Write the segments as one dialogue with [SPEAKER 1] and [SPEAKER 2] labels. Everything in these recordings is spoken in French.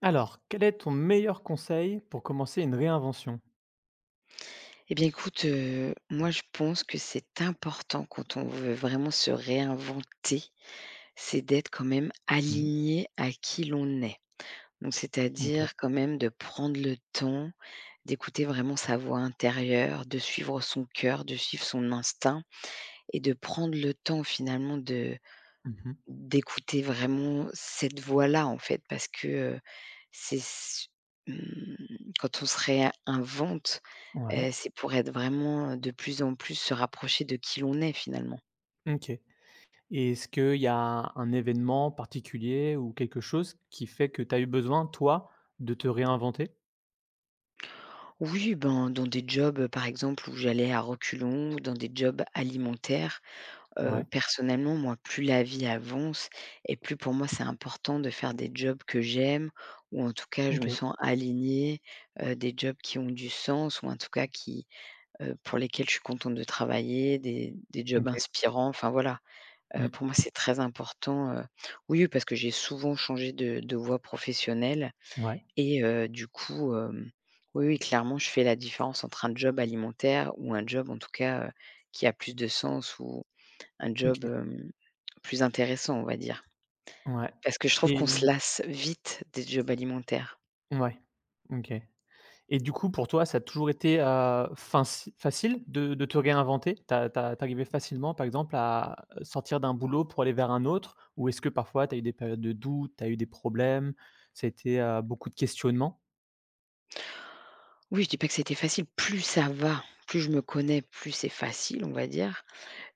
[SPEAKER 1] Alors, quel est ton meilleur conseil pour commencer une réinvention?
[SPEAKER 2] Eh bien, écoute, moi, je pense que c'est important quand on veut vraiment se réinventer, c'est d'être quand même
[SPEAKER 1] Mmh,
[SPEAKER 2] aligné à qui l'on est. Donc
[SPEAKER 1] OK.
[SPEAKER 2] c'est-à-dire quand même de prendre le temps d'écouter vraiment sa voix intérieure, de suivre son cœur, de suivre son instinct et de prendre le temps finalement de
[SPEAKER 1] Mmh.
[SPEAKER 2] D'écouter vraiment cette voix-là, en fait, parce que, c'est s mmh, quand on se réinvente,
[SPEAKER 1] Ouais.
[SPEAKER 2] c'est pour être vraiment, de plus en plus se rapprocher de qui l'on est, finalement.
[SPEAKER 1] OK. Et est-ce qu'il y a un événement particulier ou quelque chose qui fait que tu as eu besoin, toi, de te réinventer?
[SPEAKER 2] Oui, ben, dans des jobs, par exemple, où j'allais à reculons, ou dans des jobs alimentaires,
[SPEAKER 1] Ouais.
[SPEAKER 2] personnellement, moi, plus la vie avance et plus pour moi, c'est important de faire des jobs que j'aime ou en tout cas, je
[SPEAKER 1] OK,
[SPEAKER 2] me sens alignée, des jobs qui ont du sens ou en tout cas qui pour lesquels je suis contente de travailler, des jobs
[SPEAKER 1] OK.
[SPEAKER 2] inspirants, enfin voilà. Pour
[SPEAKER 1] Mmh.
[SPEAKER 2] moi, c'est très important, oui, parce que j'ai souvent changé de voie professionnelle
[SPEAKER 1] Ouais.
[SPEAKER 2] et du coup, oui, oui, clairement, je fais la différence entre un job alimentaire ou un job, en tout cas, qui a plus de sens ou un job,
[SPEAKER 1] OK.
[SPEAKER 2] plus intéressant, on va dire.
[SPEAKER 1] Ouais.
[SPEAKER 2] Parce que je trouve
[SPEAKER 1] Et
[SPEAKER 2] qu'on se lasse vite des jobs alimentaires.
[SPEAKER 1] ouais. OK. Et du coup, pour toi, ça a toujours été, finci facile de te réinventer? T'as as tu facilement, par exemple, à sortir d'un boulot pour aller vers un autre? Ou est-ce que parfois tu as eu des périodes de doute, tu as eu des problèmes? Ça a été, beaucoup de questionnements?
[SPEAKER 2] Oui, je dis pas que c'était facile. Plus ça va, plus je me connais, plus c'est facile, on va dire.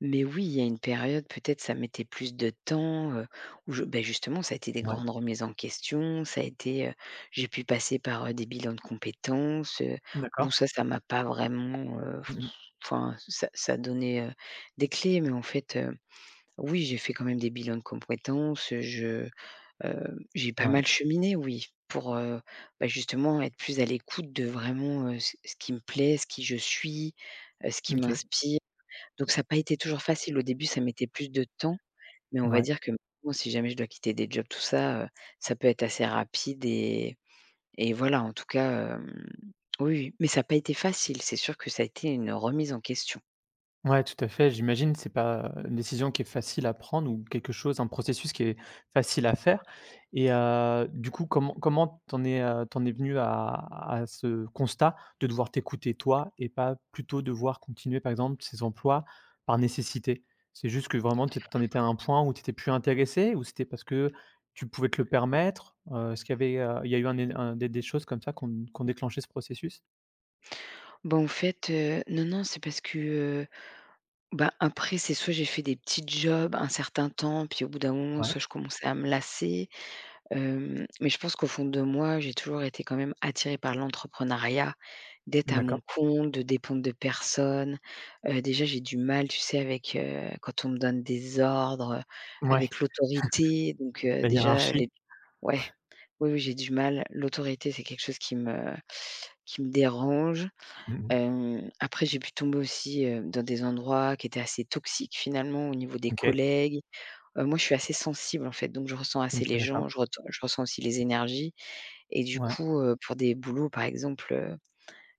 [SPEAKER 2] Mais oui, il y a une période, peut-être ça mettait plus de temps, justement, ça a été des
[SPEAKER 1] Ouais,
[SPEAKER 2] grandes remises en question, ça a été, j'ai pu passer par, des bilans de compétences, bon
[SPEAKER 1] d'accord.
[SPEAKER 2] ça m'a pas vraiment,
[SPEAKER 1] Mmh.
[SPEAKER 2] enfin ça a donné, des clés, mais en fait, oui, j'ai fait quand même des bilans de compétences, je, j'ai pas
[SPEAKER 1] Ouais,
[SPEAKER 2] mal cheminé, oui, pour, bah, justement être plus à l'écoute de vraiment, ce qui me plaît, ce qui je suis, ce qui
[SPEAKER 1] OK,
[SPEAKER 2] m'inspire. Donc ça n'a pas été toujours facile. Au début, ça mettait plus de temps, mais on va
[SPEAKER 1] ouais.
[SPEAKER 2] dire que maintenant, si jamais je dois quitter des jobs, tout ça, ça peut être assez rapide et voilà, en tout cas, oui, oui, mais ça n'a pas été facile. C'est sûr que ça a été une remise en question.
[SPEAKER 1] Ouais, tout à fait. J'imagine, c'est pas une décision qui est facile à prendre ou quelque chose, un processus qui est facile à faire. Et du coup, comment tu es venu à ce constat de devoir t'écouter toi et pas plutôt devoir continuer, par exemple, ces emplois par nécessité? C'est juste que vraiment t'en tu étais à un point où tu étais plus intéressé ou c'était parce que tu pouvais te le permettre? Est-ce qu'il y avait, il y a eu un é un des choses comme ça qui ont déclenché ce processus?
[SPEAKER 2] Bah, en fait, non, non, c'est parce que, bah, après, c'est soit j'ai fait des petits jobs un certain temps, puis au bout d'un moment,
[SPEAKER 1] Ouais,
[SPEAKER 2] soit je commençais à me lasser. Mais je pense qu'au fond de moi, j'ai toujours été quand même attirée par l'entrepreneuriat, d'être à mon
[SPEAKER 1] d'accord.
[SPEAKER 2] compte, de dépendre de personne. Déjà, j'ai du mal, tu sais, avec, quand on me donne des ordres,
[SPEAKER 1] Ouais,
[SPEAKER 2] avec l'autorité, donc
[SPEAKER 1] la
[SPEAKER 2] déjà
[SPEAKER 1] hiérarchie.
[SPEAKER 2] les ouais, oui, oui, j'ai du mal. L'autorité, c'est quelque chose qui me dérange.
[SPEAKER 1] Mmh.
[SPEAKER 2] Après j'ai pu tomber aussi, dans des endroits qui étaient assez toxiques finalement au niveau des
[SPEAKER 1] OK.
[SPEAKER 2] collègues. Moi, je suis assez sensible en fait, donc je ressens assez
[SPEAKER 1] OK,
[SPEAKER 2] les gens,
[SPEAKER 1] d'accord.
[SPEAKER 2] je ressens aussi les énergies et du
[SPEAKER 1] Ouais.
[SPEAKER 2] coup, pour des boulots, par exemple,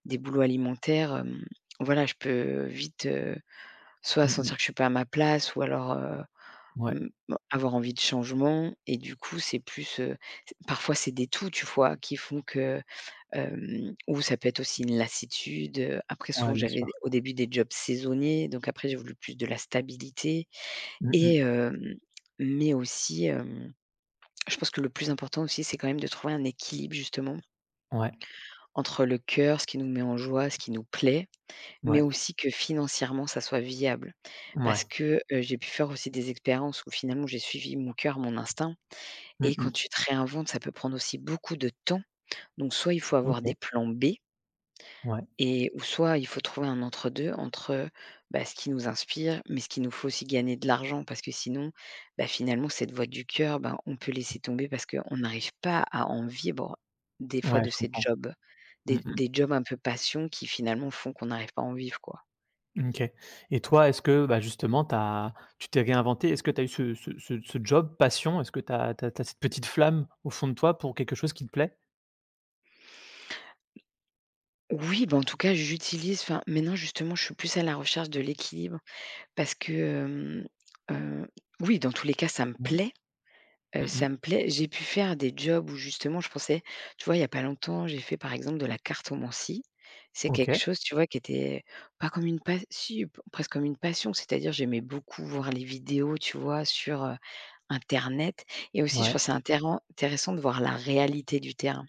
[SPEAKER 2] des boulots alimentaires, voilà, je peux vite, soit
[SPEAKER 1] Mmh mh.
[SPEAKER 2] sentir que je suis pas à ma place ou alors,
[SPEAKER 1] Ouais.
[SPEAKER 2] mmh, bah, avoir envie de changement et du coup, c'est plus, c'est parfois c'est des «tout», tu vois? Qui font que, hem ou ça peut être aussi une lassitude, après
[SPEAKER 1] Ouais,
[SPEAKER 2] souvent
[SPEAKER 1] bien
[SPEAKER 2] j'avais
[SPEAKER 1] sûr.
[SPEAKER 2] au début des jobs saisonniers, donc après j'ai voulu plus de la stabilité
[SPEAKER 1] Mmh
[SPEAKER 2] et
[SPEAKER 1] mh.
[SPEAKER 2] mais aussi, je pense que le plus important aussi, c'est quand même de trouver un équilibre justement
[SPEAKER 1] Ouais,
[SPEAKER 2] entre le cœur, ce qui nous met en joie, ce qui nous plaît, mais
[SPEAKER 1] ouais,
[SPEAKER 2] aussi que financièrement, ça soit viable.
[SPEAKER 1] ouais.
[SPEAKER 2] Parce que, j'ai pu faire aussi des expériences où finalement j'ai suivi mon cœur, mon instinct
[SPEAKER 1] Mmh
[SPEAKER 2] et quand
[SPEAKER 1] mh.
[SPEAKER 2] tu te réinventes, ça peut prendre aussi beaucoup de temps. Donc soit il faut avoir
[SPEAKER 1] OK.
[SPEAKER 2] des plans B.
[SPEAKER 1] Ouais.
[SPEAKER 2] Et ou soit il faut trouver un entre-deux entre, bah, ce qui nous inspire, mais ce qu'il nous faut aussi gagner de l'argent parce que sinon, bah, finalement cette voix du cœur, ben, on peut laisser tomber parce qu'on n'arrive pas à en vivre des fois
[SPEAKER 1] Ouais,
[SPEAKER 2] de
[SPEAKER 1] je
[SPEAKER 2] ces
[SPEAKER 1] comprends.
[SPEAKER 2] jobs,
[SPEAKER 1] Mmh
[SPEAKER 2] des
[SPEAKER 1] mh.
[SPEAKER 2] des jobs un peu passion qui finalement font qu'on n'arrive pas à en vivre, quoi.
[SPEAKER 1] OK. Et toi, est-ce que, bah, justement, tu as tu t'es réinventée? Est-ce que tu as eu ce job passion? Est-ce que tu as cette petite flamme au fond de toi pour quelque chose qui te plaît?
[SPEAKER 2] Oui, bah, en tout cas j'utilise enfin maintenant justement je suis plus à la recherche de l'équilibre parce que, hem, heu, oui dans tous les cas ça me
[SPEAKER 1] Ouais.
[SPEAKER 2] plaît.
[SPEAKER 1] Mmh mh.
[SPEAKER 2] Ça me plaît. J'ai pu faire des jobs où justement je pensais tu vois, il y a pas longtemps, j'ai fait par exemple de la cartomancie. C'est quelque
[SPEAKER 1] OK.
[SPEAKER 2] chose, tu vois, qui était pas comme une pas si, presque comme une passion, c'est-à-dire j'aimais beaucoup voir les vidéos, tu vois, sur, internet et aussi je
[SPEAKER 1] Ouais.
[SPEAKER 2] trouve ça intéren intéressant de voir la réalité du terrain,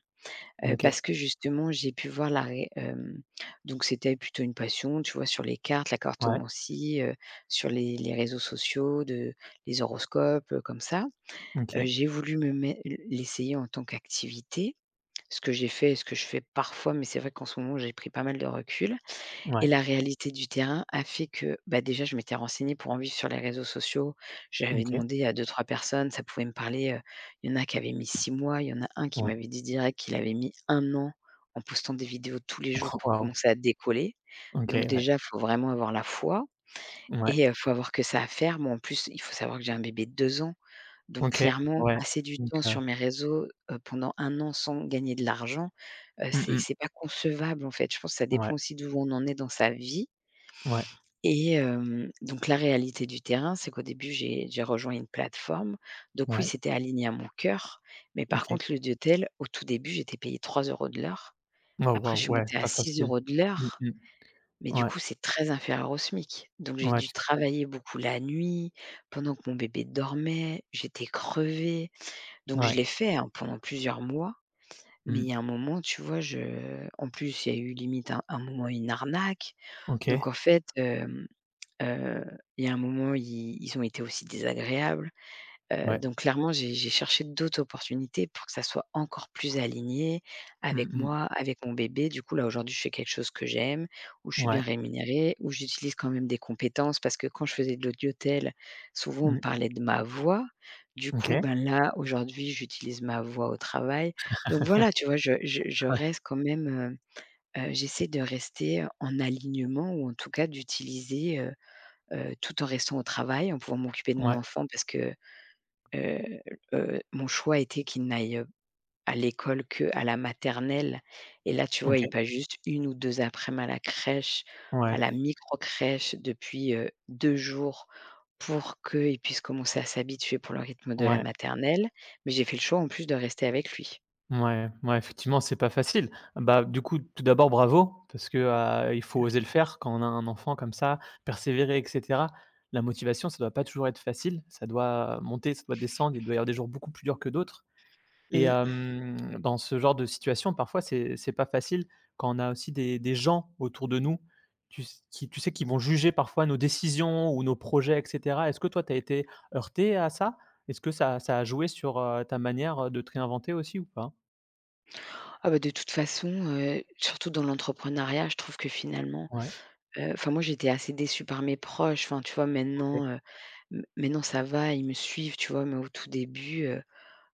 [SPEAKER 1] OK.
[SPEAKER 2] parce que justement j'ai pu voir donc c'était plutôt une passion, tu vois, sur les cartes, la
[SPEAKER 1] Ouais.
[SPEAKER 2] cartomancie, sur les réseaux sociaux de les horoscopes, comme ça.
[SPEAKER 1] OK.
[SPEAKER 2] J'ai voulu me mett l'essayer en tant qu'activité, ce que j'ai fait et ce que je fais parfois, mais c'est vrai qu'en ce moment, j'ai pris pas mal de recul
[SPEAKER 1] Ouais.
[SPEAKER 2] et la réalité du terrain a fait que, bah, déjà, je m'étais renseignée pour en vivre sur les réseaux sociaux. J'avais
[SPEAKER 1] OK.
[SPEAKER 2] demandé à 2-3 personnes, ça pouvait me parler, il y en a qui avaient mis 6 mois, il y en a un qui
[SPEAKER 1] Ouais.
[SPEAKER 2] m'avait dit direct qu'il avait mis un an en postant des vidéos tous les jours pour
[SPEAKER 1] Waouh!
[SPEAKER 2] commencer à décoller.
[SPEAKER 1] OK,
[SPEAKER 2] Donc
[SPEAKER 1] ouais.
[SPEAKER 2] déjà, il faut vraiment avoir la foi
[SPEAKER 1] Ouais.
[SPEAKER 2] et faut avoir que ça à faire. Moi, en plus, il faut savoir que j'ai un bébé de 2 ans donc
[SPEAKER 1] OK.
[SPEAKER 2] clairement,
[SPEAKER 1] Ouais.
[SPEAKER 2] passer du
[SPEAKER 1] Donc
[SPEAKER 2] temps sur mes réseaux, pendant un an sans gagner de l'argent,
[SPEAKER 1] mmh
[SPEAKER 2] c'est
[SPEAKER 1] mh.
[SPEAKER 2] c'est pas concevable en fait. Je pense que ça
[SPEAKER 1] Ouais.
[SPEAKER 2] dépend aussi d'où on en est dans sa vie
[SPEAKER 1] Ouais.
[SPEAKER 2] et donc la réalité du terrain, c'est qu'au début, j'ai rejoint une plateforme. Donc oui,
[SPEAKER 1] Ouais.
[SPEAKER 2] c'était aligné à mon cœur, mais par
[SPEAKER 1] OK.
[SPEAKER 2] contre le Diotel, au tout début, j'étais payée 3 euros de l'heure.
[SPEAKER 1] Oh
[SPEAKER 2] Après, je
[SPEAKER 1] waouh,
[SPEAKER 2] suis
[SPEAKER 1] ouais,
[SPEAKER 2] montée à
[SPEAKER 1] pas
[SPEAKER 2] 6
[SPEAKER 1] facile.
[SPEAKER 2] euros de
[SPEAKER 1] Mmh
[SPEAKER 2] l'heure,
[SPEAKER 1] mh.
[SPEAKER 2] mais du
[SPEAKER 1] Ouais,
[SPEAKER 2] coup, c'est très inférieur au SMIC. Donc j'ai
[SPEAKER 1] ouais,
[SPEAKER 2] dû
[SPEAKER 1] tout
[SPEAKER 2] travailler beaucoup la nuit, pendant que mon bébé dormait, j'étais crevée.
[SPEAKER 1] à
[SPEAKER 2] Donc je
[SPEAKER 1] ouais.
[SPEAKER 2] l'ai fait, hein, pendant plusieurs mois, mais il y
[SPEAKER 1] Mmh.
[SPEAKER 2] a un moment, tu vois, je en plus, il y a eu limite un moment une arnaque.
[SPEAKER 1] OK,
[SPEAKER 2] Donc en fait, heu, il y a un moment, ils ont été aussi désagréables.
[SPEAKER 1] ouais.
[SPEAKER 2] Donc clairement, j'ai cherché d'autres opportunités pour que ça soit encore plus aligné
[SPEAKER 1] Mmh
[SPEAKER 2] avec
[SPEAKER 1] mh.
[SPEAKER 2] moi, avec mon bébé. Du coup, là, aujourd'hui, je fais quelque chose que j'aime, où je suis bien
[SPEAKER 1] Ouais.
[SPEAKER 2] rémunérée, où j'utilise quand même des compétences parce que quand je faisais de l'audiothèle, souvent on me
[SPEAKER 1] Mmh.
[SPEAKER 2] parlait de ma voix. Du coup,
[SPEAKER 1] OK.
[SPEAKER 2] ben, là, aujourd'hui, j'utilise ma voix au travail. Donc voilà, tu vois, je
[SPEAKER 1] Ouais,
[SPEAKER 2] reste quand même, j'essaie de rester, en alignement ou en tout cas d'utiliser, tout en restant au travail, en pouvant m'occuper de mon
[SPEAKER 1] ouais.
[SPEAKER 2] enfant parce que Heu mon choix était qu'il n'aille, à l'école que à la maternelle et là, tu vois,
[SPEAKER 1] OK.
[SPEAKER 2] il passe juste une ou 2 après-midi à la crèche,
[SPEAKER 1] Ouais,
[SPEAKER 2] à la micro crèche depuis, 2 jours pour qu'il puisse commencer à s'habituer pour le rythme de la
[SPEAKER 1] ouais,
[SPEAKER 2] maternelle. Mais j'ai fait le choix en plus de rester avec lui.
[SPEAKER 1] ouais, ouais, effectivement, c'est pas facile. Bah, du coup, tout d'abord, bravo parce que, il faut oser le faire quand on a un enfant comme ça, persévérer et cetera. La motivation, ça doit pas toujours être facile, ça doit monter, ça doit descendre, il doit y avoir des jours beaucoup plus durs que d'autres. Et
[SPEAKER 2] Mmh.
[SPEAKER 1] dans ce genre de situation, parfois, c'est pas facile quand on a aussi des gens autour de nous, tu s qui tu sais, qui vont juger parfois nos décisions ou nos projets et cetera. Est-ce que toi, tu as été heurté à ça? Est-ce que ça a joué sur, ta manière de te réinventer aussi ou pas?
[SPEAKER 2] Ah bah, de toute façon, surtout dans l'entrepreneuriat, je trouve que finalement,
[SPEAKER 1] Ouais,
[SPEAKER 2] enfin moi, j'étais assez déçue par mes proches. Enfin, tu vois,
[SPEAKER 1] OK.
[SPEAKER 2] maintenant, m maintenant ça va, ils me suivent, tu vois? Mais au tout début,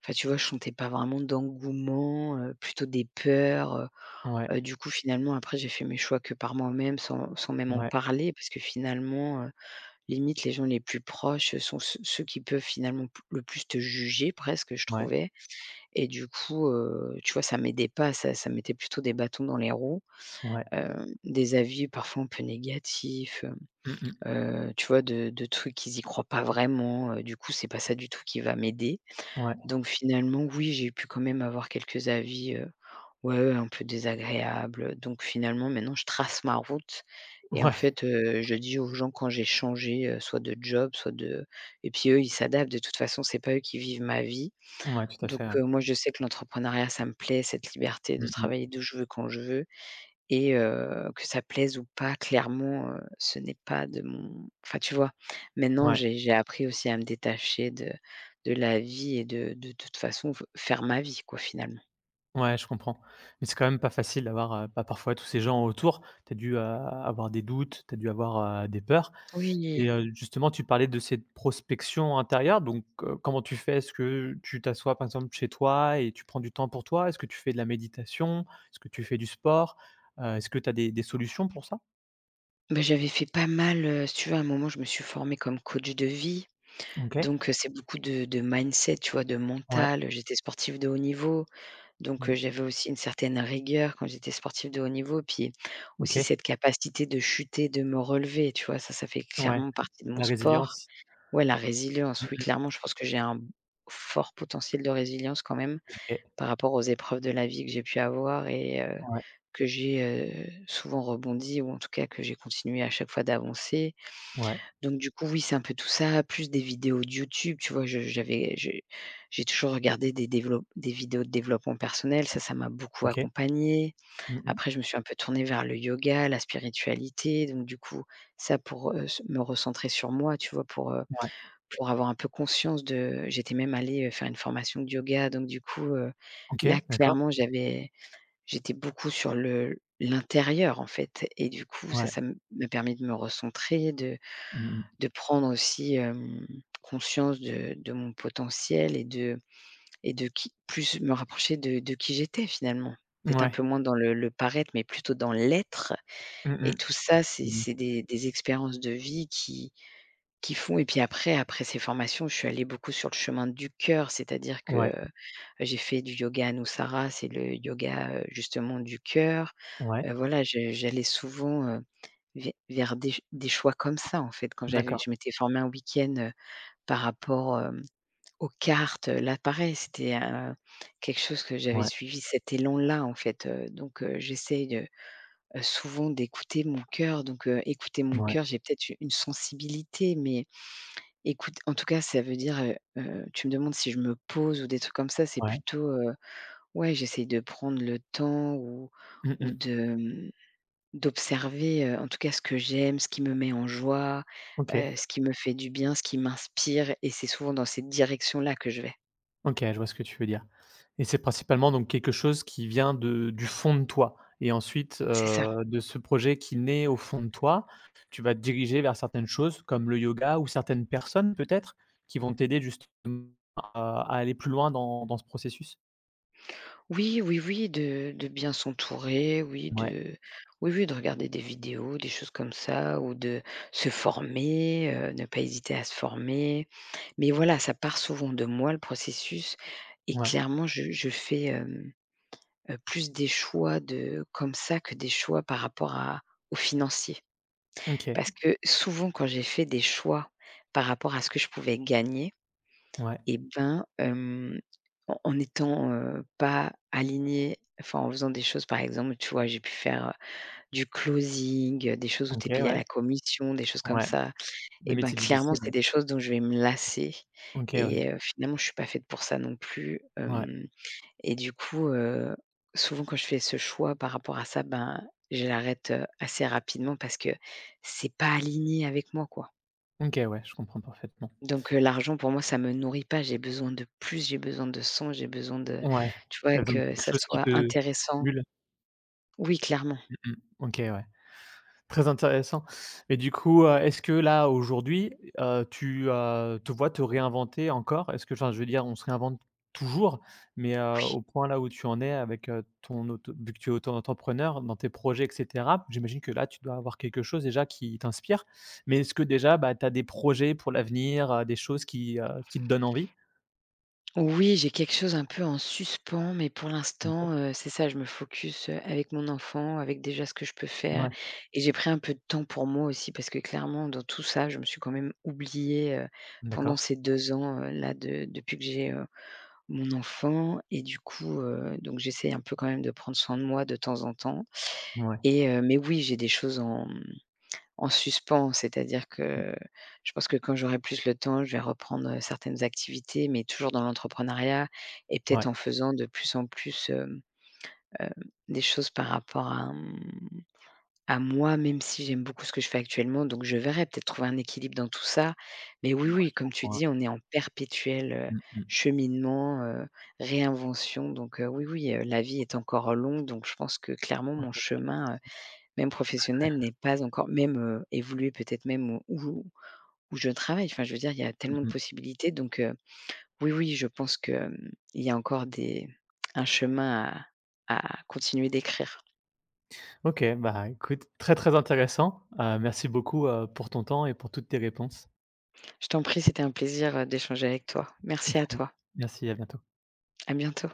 [SPEAKER 2] enfin, tu vois, je sentais pas vraiment d'engouement, plutôt des peurs,
[SPEAKER 1] Ouais,
[SPEAKER 2] du coup, finalement, après, j'ai fait mes choix que par moi-même, sans même en
[SPEAKER 1] ouais,
[SPEAKER 2] parler, parce que finalement, limite, les gens les plus proches, sont ceux qui peuvent finalement p le plus te juger presque, je
[SPEAKER 1] ouais,
[SPEAKER 2] trouvais et du coup, tu vois, ça m'aidait pas, ça mettait plutôt des bâtons dans les roues,
[SPEAKER 1] ouais.
[SPEAKER 2] des avis parfois un peu négatifs,
[SPEAKER 1] Mmh mh.
[SPEAKER 2] tu vois, de trucs qu'ils y croient pas vraiment, du coup, c'est pas ça du tout qui va m'aider.
[SPEAKER 1] Ouais,
[SPEAKER 2] Donc finalement, oui, j'ai pu quand même avoir quelques avis, ouais, un peu désagréables. Donc finalement, maintenant, je trace ma route et en
[SPEAKER 1] ouais,
[SPEAKER 2] fait, je dis aux gens quand j'ai changé, soit de job, soit de et puis eux, ils s'adaptent. De toute façon, c'est pas eux qui vivent ma vie.
[SPEAKER 1] ouais, tout à
[SPEAKER 2] Donc
[SPEAKER 1] fait, ouais.
[SPEAKER 2] moi, je sais que l'entrepreneuriat, ça me plaît, cette liberté de
[SPEAKER 1] Mmh mh.
[SPEAKER 2] travailler d'où je veux, quand je veux. Et que ça plaise ou pas, clairement, ce n'est pas de mon enfin, tu vois? Maintenant,
[SPEAKER 1] Ouais.
[SPEAKER 2] j'ai appris aussi à me détacher de la vie et de toute façon f faire ma vie, quoi, finalement.
[SPEAKER 1] Ouais, je comprends. Mais c'est quand même pas facile d'avoir, bah, parfois tous ces gens autour. Tu as dû, avoir des doutes, tu as dû avoir, des peurs.
[SPEAKER 2] Oui.
[SPEAKER 1] Et justement, tu parlais de cette prospection intérieure, donc comment tu fais? Est-ce que tu t'assois, par exemple, chez toi et tu prends du temps pour toi? Est-ce que tu fais de la méditation? Est-ce que tu fais du sport? Est-ce que tu as des solutions pour ça?
[SPEAKER 2] Ben j'avais fait pas mal, si tu veux, à un moment, je me suis formée comme coach de vie,
[SPEAKER 1] OK.
[SPEAKER 2] donc c'est beaucoup de mindset, tu vois? De
[SPEAKER 1] Ouais,
[SPEAKER 2] mental. J'étais sportive de haut niveau, donc
[SPEAKER 1] mmh,
[SPEAKER 2] j'avais aussi une certaine rigueur quand j'étais sportive de haut niveau, puis aussi
[SPEAKER 1] OK,
[SPEAKER 2] cette capacité de chuter, de me relever, tu vois? Ça fait
[SPEAKER 1] ouais,
[SPEAKER 2] clairement partie de mon
[SPEAKER 1] la
[SPEAKER 2] sport.
[SPEAKER 1] résilience.
[SPEAKER 2] Ouais, la
[SPEAKER 1] Mmh
[SPEAKER 2] résilience, oui,
[SPEAKER 1] mh,
[SPEAKER 2] clairement, je pense que j'ai un fort potentiel de résilience quand même,
[SPEAKER 1] OK,
[SPEAKER 2] par rapport aux épreuves de la vie que j'ai pu avoir et
[SPEAKER 1] ouais,
[SPEAKER 2] que j'ai, souvent rebondi ou en tout cas que j'ai continué à chaque fois d'avancer.
[SPEAKER 1] ouais,
[SPEAKER 2] Donc du coup, oui, c'est un peu tout ça, plus des vidéos de YouTube, tu vois? Je j'avais j'ai toujours regardé des développ des vidéos de développement personnel, ça m'a beaucoup
[SPEAKER 1] OK.
[SPEAKER 2] accompagnée.
[SPEAKER 1] Mmh mh,
[SPEAKER 2] Après, je me suis un peu tournée vers le yoga, la spiritualité, donc du coup, ça pour, se me recentrer sur moi, tu vois?
[SPEAKER 1] ouais,
[SPEAKER 2] Pour avoir un peu conscience de j'étais même allée, faire une formation de yoga, donc du coup,
[SPEAKER 1] OK,
[SPEAKER 2] là
[SPEAKER 1] d'accord,
[SPEAKER 2] clairement j'étais beaucoup sur le l'intérieur en fait et du coup ça,
[SPEAKER 1] ouais,
[SPEAKER 2] ça m'a permis de me recentrer, de
[SPEAKER 1] mmh
[SPEAKER 2] prendre aussi, conscience de mon potentiel et de qui plus me rapprocher de qui j'étais finalement.
[SPEAKER 1] mh,
[SPEAKER 2] D'être un peu
[SPEAKER 1] ouais.
[SPEAKER 2] moins dans le paraître, mais plutôt dans l'être
[SPEAKER 1] Mmh
[SPEAKER 2] et
[SPEAKER 1] mh.
[SPEAKER 2] tout ça, c'est
[SPEAKER 1] Certitude.
[SPEAKER 2] c'est des expériences de vie qui font et puis après ces formations, je suis allée beaucoup sur le chemin du cœur, c'est-à-dire que,
[SPEAKER 1] Ouais,
[SPEAKER 2] j'ai fait du yoga Anusara, c'est le yoga, justement du cœur.
[SPEAKER 1] ouais,
[SPEAKER 2] Voilà, je j'allais souvent, ve vers des choix comme ça, en fait, quand j'avais
[SPEAKER 1] d'accord.
[SPEAKER 2] je m'étais formée un week-end, par rapport, aux cartes, là, pareil, c'était, quelque chose que j'avais
[SPEAKER 1] Ouais,
[SPEAKER 2] suivi cet élan-là, en fait, donc j'essaye, souvent d'écouter mon cœur, donc écouter mon
[SPEAKER 1] ouais,
[SPEAKER 2] cœur, j'ai peut-être une sensibilité, mais Écoute, en tout cas, ça veut dire, tu me demandes si je me pose ou des trucs comme ça, c'est
[SPEAKER 1] ouais.
[SPEAKER 2] plutôt, ouais, j'essaye de prendre le temps
[SPEAKER 1] Mmh
[SPEAKER 2] ou
[SPEAKER 1] mh.
[SPEAKER 2] de, d'observer, en tout cas ce que j'aime, ce qui me met en joie,
[SPEAKER 1] OK,
[SPEAKER 2] ce qui me fait du bien, ce qui m'inspire et c'est souvent dans cette direction-là que je vais.
[SPEAKER 1] OK, je vois ce que tu veux dire et c'est principalement donc quelque chose qui vient de du fond de toi et ensuite,
[SPEAKER 2] C'est ça.
[SPEAKER 1] de ce projet qui naît au fond de toi, tu vas te diriger vers certaines choses comme le yoga ou certaines personnes peut-être qui vont t'aider justement à aller plus loin dans ce processus?
[SPEAKER 2] Oui, oui, oui, de bien s'entourer, oui,
[SPEAKER 1] Ouais,
[SPEAKER 2] de oui, oui, de regarder des vidéos, des choses comme ça ou de se former, ne pas hésiter à se former. Mais voilà, ça part souvent de moi le processus et
[SPEAKER 1] ouais,
[SPEAKER 2] clairement je fais, plus des choix de comme ça que des choix par rapport à au financier.
[SPEAKER 1] OK,
[SPEAKER 2] Parce que souvent quand j'ai fait des choix par rapport à ce que je pouvais gagner
[SPEAKER 1] ouais,
[SPEAKER 2] et ben, en en étant, pas alignée, enfin, en faisant des choses par exemple, tu vois, j'ai pu faire, du closing, des choses où tu es
[SPEAKER 1] OK,
[SPEAKER 2] payée à
[SPEAKER 1] ouais,
[SPEAKER 2] la commission, des choses comme
[SPEAKER 1] ouais.
[SPEAKER 2] ça.
[SPEAKER 1] Des
[SPEAKER 2] Et ben,
[SPEAKER 1] métiers
[SPEAKER 2] clairement,
[SPEAKER 1] difficiles,
[SPEAKER 2] c'est
[SPEAKER 1] ouais.
[SPEAKER 2] des choses dont je vais me lasser
[SPEAKER 1] OK, ouais,
[SPEAKER 2] et finalement, je suis pas faite pour ça non plus.
[SPEAKER 1] ouais.
[SPEAKER 2] Hem et du coup, souvent quand je fais ce choix par rapport à ça, ben, je l'arrête, assez rapidement parce que c'est pas aligné avec moi, quoi.
[SPEAKER 1] OK, ouais, je comprends parfaitement.
[SPEAKER 2] Donc l'argent pour moi ça me nourrit pas, j'ai besoin de plus, j'ai besoin de son, j'ai besoin de
[SPEAKER 1] Ouais,
[SPEAKER 2] tu
[SPEAKER 1] tu as
[SPEAKER 2] vois?
[SPEAKER 1] besoin de
[SPEAKER 2] Que
[SPEAKER 1] quelque
[SPEAKER 2] ça
[SPEAKER 1] chose qui
[SPEAKER 2] soit
[SPEAKER 1] te
[SPEAKER 2] intéressant.
[SPEAKER 1] stimule.
[SPEAKER 2] Oui, clairement,
[SPEAKER 1] Mmh mh. OK, ouais. Très intéressant. Mais du coup, est-ce que là, aujourd'hui, tu, te vois te réinventer encore? Est-ce que, enfin, je veux dire, on se réinvente toujours, mais
[SPEAKER 2] oui.
[SPEAKER 1] au point là où tu en es avec, ton auto vu que tu es auto-entrepreneur dans tes projets et cetera, j'imagine que là, tu dois avoir quelque chose déjà qui t'inspire. Mais est-ce que déjà, bah, tu as des projets pour l'avenir, des choses qui te donnent envie?
[SPEAKER 2] Oui, j'ai quelque chose un peu en suspens, mais pour
[SPEAKER 1] OK.
[SPEAKER 2] l'instant, c'est ça, je me focus, avec mon enfant, avec déjà ce que je peux faire
[SPEAKER 1] Ouais,
[SPEAKER 2] et j'ai pris un peu de temps pour moi aussi parce que clairement dans tout ça, je me suis quand même oubliée, pendant
[SPEAKER 1] d'accord.
[SPEAKER 2] ces 2 ans, là de depuis que j'ai, mon enfant et du coup, donc j'essaie un peu quand même de prendre soin de moi de temps en temps.
[SPEAKER 1] Ouais.
[SPEAKER 2] Et mais oui, j'ai des choses en, en suspens, c'est-à-dire
[SPEAKER 1] Mmh.
[SPEAKER 2] que je pense que quand j'aurai plus le temps, je vais reprendre, certaines activités, mais toujours dans l'entrepreneuriat et
[SPEAKER 1] Ouais,
[SPEAKER 2] peut-être en faisant de plus en plus, hem, des choses par rapport à, à moi, même si j'aime beaucoup ce que je fais actuellement, donc je verrai, peut-être trouver un équilibre dans tout ça. Mais oui, oui, comme tu
[SPEAKER 1] ouais.
[SPEAKER 2] dis, on est en perpétuel,
[SPEAKER 1] Mmh mh.
[SPEAKER 2] cheminement, réinvention, donc oui, oui, la vie est encore longue, donc je pense que clairement mon
[SPEAKER 1] OK.
[SPEAKER 2] chemin, même professionnelle n'est pas encore même, évoluée peut-être même où où je travaille. Enfin, je veux dire, il y a tellement de
[SPEAKER 1] Mmh.
[SPEAKER 2] possibilités donc oui, oui, je pense qu'il y a encore des un chemin à continuer d'écrire.
[SPEAKER 1] OK, bah, écoute, très, très intéressant. Merci beaucoup, pour ton temps et pour toutes tes réponses.
[SPEAKER 2] Je t'en prie, c'était un plaisir, d'échanger avec toi. Merci à toi.
[SPEAKER 1] Merci, à bientôt.
[SPEAKER 2] À bientôt.